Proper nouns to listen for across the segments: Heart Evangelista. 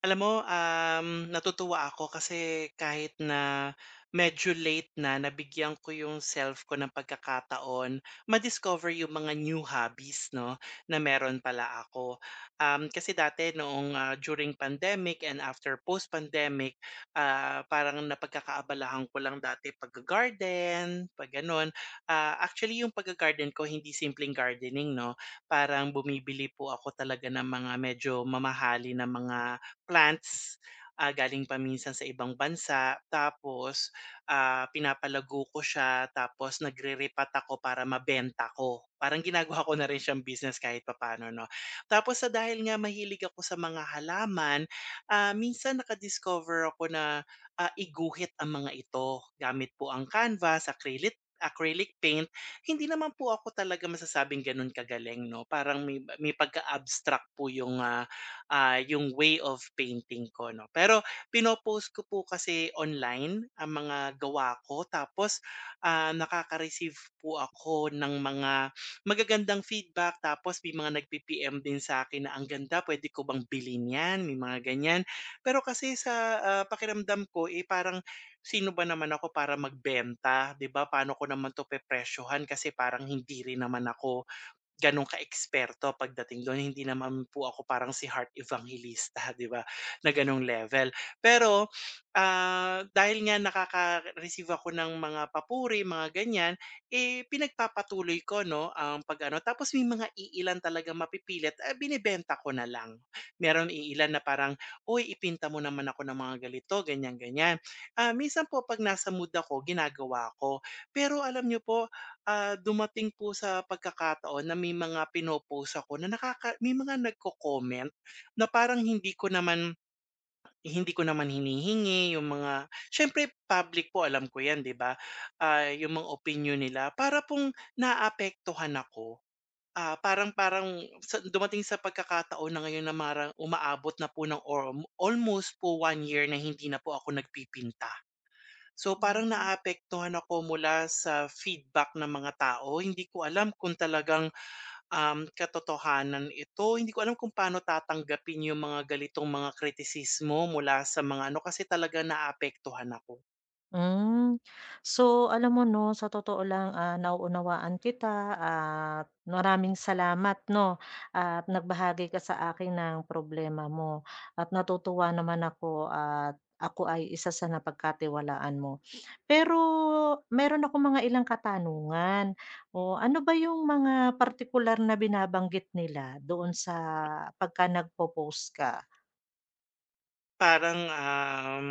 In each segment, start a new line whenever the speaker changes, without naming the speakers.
Alam mo, natutuwa ako kasi kahit na medyo late na, nabigyan ko yung self ko ng pagkakataon madiscover yung mga new hobbies, no, na meron pala ako. Kasi dati noong during pandemic and after post-pandemic, parang napagkakaabalahan ko lang dati pag-garden, pag ganun. Actually, yung pag-garden ko, hindi simpleng gardening, no? Parang bumibili po ako talaga ng mga medyo mamahali na mga plants, galing pa minsan sa ibang bansa. Tapos, pinapalago ko siya tapos nagre-repot ako para mabenta ko. Parang ginagawa ko na rin siyang business kahit papaano 'no. Tapos sa dahil nga mahilig ako sa mga halaman, minsan nakadiscover ako na, iguhit ang mga ito gamit po ang canvas, acrylic acrylic paint. Hindi naman po ako talaga masasabing gano'n kagaling 'no, parang may pagka-abstract po yung, yung way of painting ko 'no. Pero pino ko po kasi online ang mga gawa ko tapos, nakaka-receive po ako ng mga magagandang feedback tapos may mga nagpi-PM din sa'kin na, "Ang ganda, puwede ko bang bilhin 'yan?" May mga ganyan. Pero kasi sa, pakiramdam ko, eh, parang sino ba naman ako para magbenta, 'di ba? Paano ko naman 'to pepresyohan kasi parang hindi rin naman ako gano'n ka-eksperto pagdating do'n, hindi naman po ako parang si Heart Evangelista, 'di ba, na gano'ng level. Pero, dahil nga nakaka-receive ako ng mga papuri, mga ganyan, eh, pinagpapatuloy ko 'no, ang pag-ano tapos may mga iilan talaga mapipilit, binebenta ko na lang. Merong iilan na parang, "Uy, ipinta mo naman ako ng mga ganito, ganiyan, ganiyan." Minsan po 'pag nasa mood ako, ginagawa ko. Pero alam nyo po, dumating po sa pagkakataon na may mga pino-post ako na nakaka may mga nagko-comment na parang hindi ko naman hinihingi yung mga siyempre public po alam ko 'yan 'di ba? Yung mga opinion nila para pong naapektuhan ako. Parang parang sa dumating sa pagkakataon na ngayon na marang umaabot na po ng or almost po 1 year na hindi na po ako nagpipinta. So, parang naapektuhan ako mula sa feedback ng mga tao. Hindi ko alam kung talagang, katotohanan ito. Hindi ko alam kung paano tatanggapin yung mga galitong mga kritisismo mula sa mga ano, kasi talaga naapektuhan ako.
Hmm. So, alam mo 'no, sa totoo lang, nauunawaan kita at maraming salamat 'no, at nagbahagi ka sa akin ng problema mo at natutuwa naman ako at ako ay isa sa napagkatiwalaan mo. Pero meron akong mga ilang katanungan. O ano ba yung mga particular na binabanggit nila doon sa pagka nagpo-post ka?
Parang,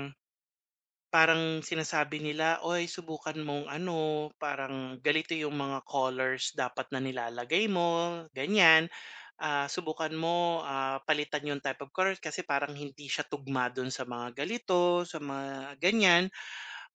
parang sinasabi nila, "Uy, subukan mong ano, parang ganito yung mga colors dapat na nilalagay mo," ganyan. Subukan mo, palitan yung type of color kasi parang hindi siya tugma dun sa mga galito, sa mga ganyan.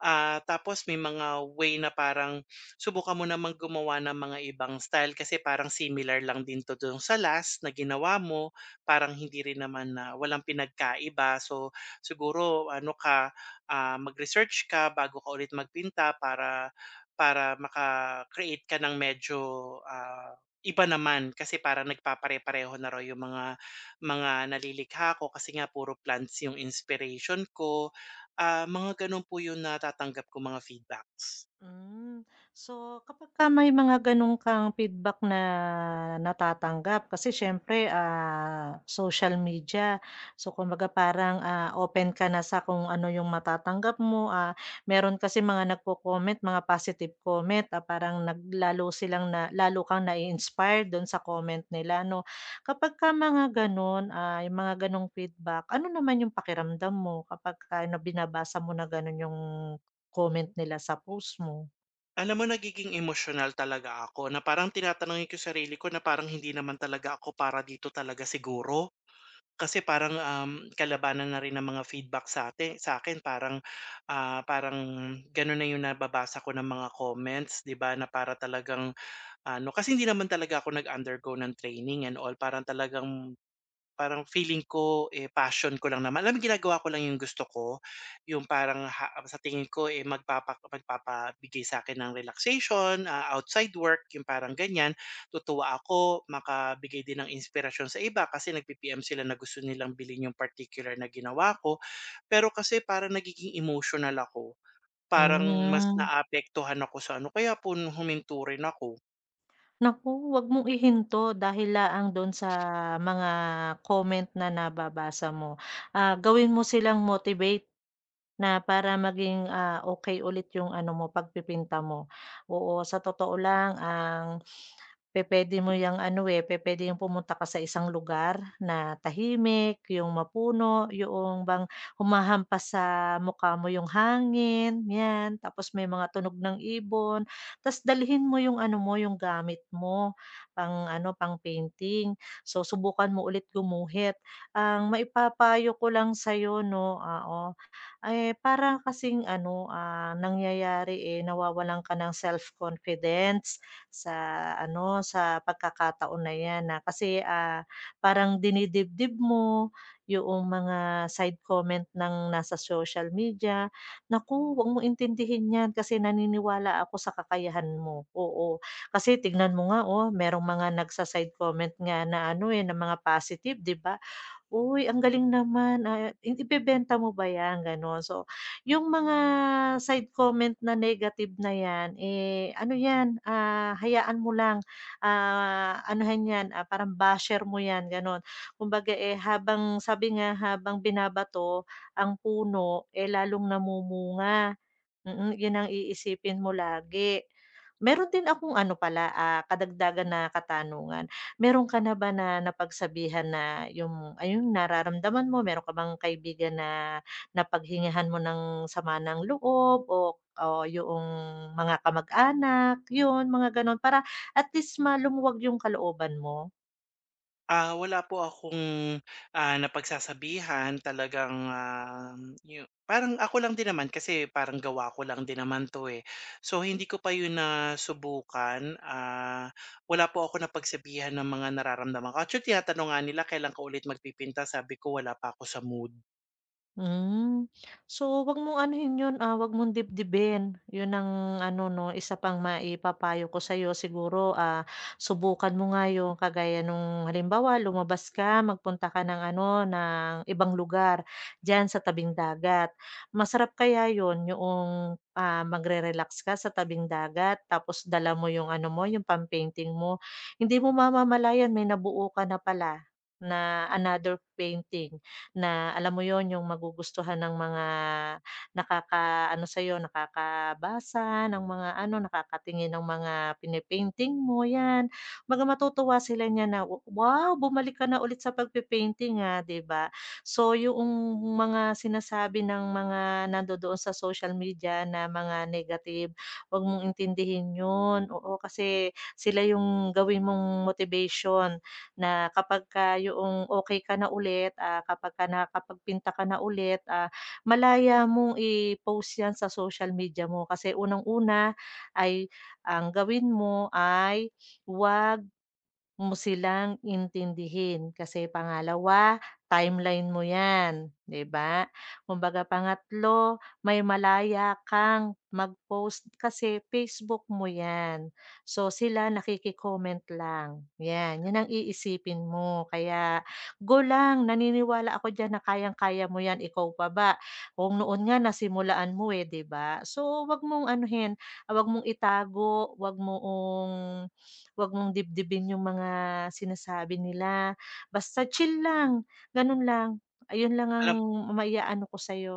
Tapos may mga way na parang subukan mo namang gumawa ng mga ibang style kasi parang similar lang din 'to dun sa last na ginawa mo. Parang hindi rin naman na walang pinagkaiba. So, siguro ano ka, mag-research ka bago ka ulit magpinta para para maka-create ka ng medyo, ah, iba naman. Kasi para nagpapare-pareho na raw yung mga nalilikha ko kasi nga puro plants yung inspiration ko. Mga gano'n po yung natatanggap ko mga feedbacks.
Hmm. So, kapag ka may mga gano'n kang feedback na natatanggap kasi siyempre, social media. So, kumbaga parang, open ka na sa kung ano yung matatanggap mo, meron kasi mga nagko-comment, mga positive comment, parang nag silang na lalo kang na inspire do'n sa comment nila 'no. Kapag ka mga gano'n, yung mga gano'ng feedback, ano naman yung pakiramdam mo kapagka na binabasa mo na gano'n yung comment nila sa post mo.
Alam mo nagiging emosyonal talaga ako na parang tinatanungin ko yung sarili ko na parang hindi naman talaga ako para dito talaga siguro. Kasi parang, kalabanan na rin ng mga feedback sa'kin parang, parang gano'n na yung nababasa ko ng mga comments 'di ba, na para talagang ano kasi hindi naman talaga ako nag-undergo ng training and all. Parang feeling ko, eh, passion ko lang naman. Alam mo ginagawa ko lang yung gusto ko, yung parang ha sa tingin ko, eh, magpapabigay sa akin ng relaxation, outside work, yung parang ganyan. Tutuwa ako, makabigay din ng inspirasyon sa iba kasi nagpi-PM sila na gusto nilang bilhin yung particular na ginawa ko. Pero kasi parang nagiging emotional ako, parang mas
Hmm.
naapektuhan ako sa ano, kaya po huminto rin ako.
Naku, 'wag mong ihinto dahil laang do'n sa mga comment na nababasa mo. Gawin mo silang motivate na para maging, okey ulit yung ano mo, pagpipinta mo. Oo, sa totoo lang ang pupuwede mo yung ano, eh, pupuwede yung pumunta ka sa isang lugar na tahimik, yung mapuno, yung bang humahampas sa mukha mo yung hangin, 'yan. Tapos may mga tunog ng ibon, tas dalhin mo yung ano mo, yung gamit mo, pang ano, pang-painting. So, subukan mo ulit gumuhit. Ang maipapayo ko lang sa'yo 'no, oo, eh, parang kasing ano, nangyayari, eh, nawawalan ka ng self-confidence sa ano, sa pagkakataon na 'yan na kasi, parang dinidibdib mo yung mga side comment ng nasa social media. Naku, huwag mo intindihin 'yan kasi naniniwala ako sa kakayahan mo, oo. Kasi tignan mo nga, oh, merong mga nagsa-side comment nga na ano, eh, na mga positive, 'di ba? Uy, ang galing naman, i ibebenta mo ba 'yan, gano'n. So, yung mga side comment na negative na 'yan, eh, ano 'yan, hayaan mo lang, anuhin 'yan, parang basher mo 'yan, gano'n. Kumbaga, eh, habang sabi nga, habang binabato ang puno, eh, lalong namumunga. Mm, 'yun ang iisipin mo lagi. Meron din akong ano pala, kadagdagan na katanungan. Meron ka na ba na napagsabihan na yung ayun nararamdaman mo, meron ka bang kaibigan na napaghingihan mo ng sama ng loob o o yoong mga kamag-anak, 'yun mga gano'n para at least ma lumuwag yung kalooban mo?
Wala po akong, napagsasabihan talagang, parang ako lang din naman kasi parang gawa ko lang din naman 'to, eh. So, hindi ko pa yun nasubukan, wala po ako napagsabihan ng mga nararamdaman ko. Actually, tinatanong nga nila kailan ka ulit magpipinta, sabi ko wala pa ako sa mood.
Hmm. So, 'wag mong anuhin 'yun, 'wag mong dibdibin. 'Yun ang ano 'no, isa pang maipapayo ko sa'yo siguro, subukan mo nga 'yung kagaya nung halimbawa lumabas ka, magpunta ka ng ano, ng ibang lugar diyan sa tabing dagat. Masarap kaya 'yun, yung magre-relax ka sa tabing dagat tapos dala mo 'yung ano mo, 'yung pam-painting mo. Hindi mo mamamalayan may nabuo ka na pala na another painting na alam mo yon yung magugustuhan ng mga nakaka ano nakakaano sa'yo, nakakabasa ng mga ano, nakakatingin ng mga pini-painting mo, 'yan. Kumbaga matutuwa sila niya na, "Wow, bumalik ka na ulit sa pagpe-painting, 'Di ba? So, yung mga sinasabi ng mga nandodoon sa social media na mga negative, 'wag mong intindihin 'yun, oo, kasi sila yung gawin mong motivation na kapag kapagka yoong okay ka na ulit, kapagka nakakapagpinta ka na ulit, malaya mong i-post 'yan sa social media mo. Kasi unang-una ay ang gawin mo ay wag mo silang intindihin kasi pangalawa, timeline mo 'yan, 'di ba? Kumbaga pangatlo, may malaya kang mag-post kasi Facebook mo 'yan. So, sila nakiki-comment lang, 'yan, 'yan ang iisipin mo. Kaya go lang, naniniwala ako diyan na kayang-kaya mo 'yan, ikaw pa ba? Kung noon nga nasimulaan mo, eh, 'di ba? So, huwag mong anuhin, huwag mong itago, huwag mong dibdibin yung mga sinasabi nila, basta chill lang, ganun lang. Ayun lang ang
Alam
maiaano ko sa'yo.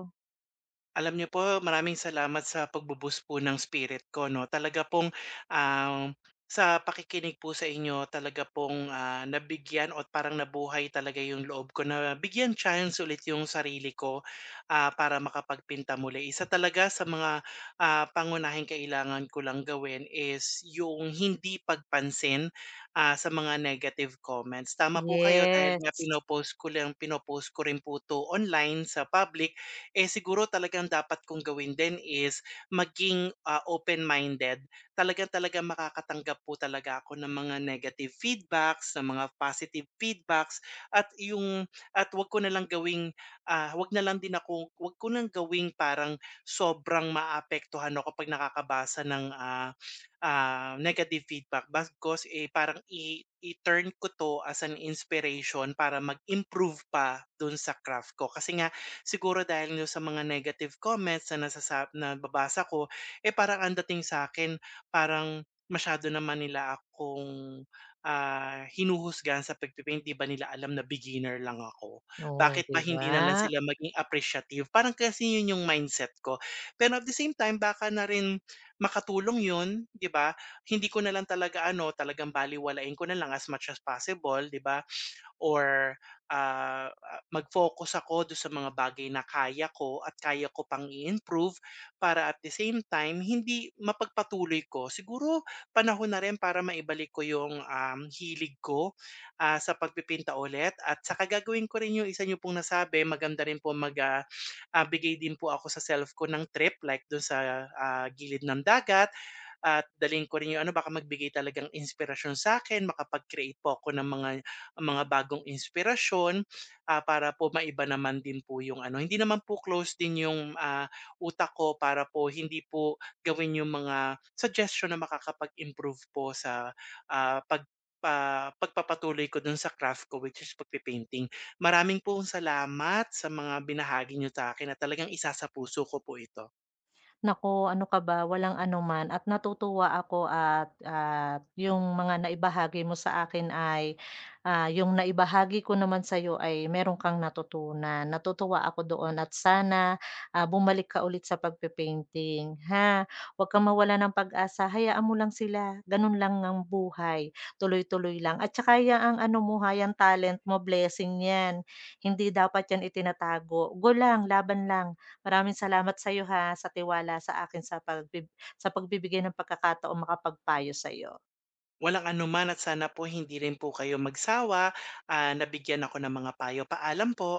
Alam niyo po, maraming salamat sa pagbu po ng spirit ko 'no. Talaga pong, um, sa pakikinig po sa inyo talaga pong, nabigyan o parang nabuhay talaga yung loob ko na bigyan chance ulit yung sarili ko, para makapagpinta muli. Isa talaga sa mga, pangunahing kailangan ko lang gawin is yung hindi pagpansin, sa mga negative comments. Tama po kayo dahil nga
Yes.
pino-post ko rin po 'to online sa public. Eh, siguro talagang dapat kong gawin din is maging, open-minded. Talagang-talagang makakatanggap po talaga ako ng mga negative feedbacks, ng mga positive feedbacks at yung at 'wag ko na lang gawing, 'wag na lang din ako 'wag ko ng gawing parang sobrang maapektuhan ako 'pag nakakabasa ng, negative feedback bagkus, eh, parang i-turn ko 'to as an inspiration para mag-improve pa dun sa craft ko. Kasi nga siguro dahil nyo sa mga negative comments na na babasa ko, eh, parang ang dating sa akin parang masyado naman nila akong, hinuhusgahan sa pagpe-paint. 'Di ba nila alam na beginner lang ako?
Oo,
Bakit
'di
ba hindi na lang
ba?
sila maging appreciative? Parang kasi 'yun 'yung mindset ko. Pero at the same time baka na rin makatulong 'yun, 'di ba? Hindi ko na lang talaga ano, talagang balewalain ko na lang as much as possible, 'di ba? Or, mag-focus ako dun sa mga bagay na kaya ko at kaya ko pang i-improve para at the same time hindi mapagpatuloy ko. Siguro panahon na rin para maibalik ko yung, hilig ko, sa pagpipinta ulit at saka gagawin ko rin yung isa nyo pong nasabi maganda rin po bigay din po ako sa self ko ng trip like dun sa, gilid ng dagat at dalhin ko rin yung ano baka magbigay talagang inspirasyon sa'kin, makapag-create po ako ng mga bagong inspirasyon, para po maiba naman din po yung ano hindi naman po close din yung, utak ko para po hindi po gawin yung mga suggestion na makakapag-improve po sa, ah, pag pagpapatuloy ko dun sa craft ko which is pagpe. Maraming pong salamat sa mga binahagi niyo sa'kin at talagang isasapuso ko po ito.
Nako ano ka ba, walang anuman at natutuwa ako at yung mga naibahagi mo sa akin ay, yung naibahagi ko naman sa sa'yo ay meron kang natutunan. Natutuwa ako doon at sana, bumalik ka ulit sa pagpe-painting, ha? Huwag kang mawalan ng pag-asa, hayaan mo lang sila, ganun lang ang buhay, tuloy-tuloy lang at tsaka ang ano mo, ha, yang talent mo blessing yan, hindi dapat yan itinatago, go lang, laban lang. Maraming salamat sa iyo ha, sa tiwala sa akin sa pagbib sa pagbibigay ng pagkakataong makapagpayo sa iyo
Walang anuman at sana po hindi rin po kayo magsawa, nabigyan ako ng mga payo. Paalam po.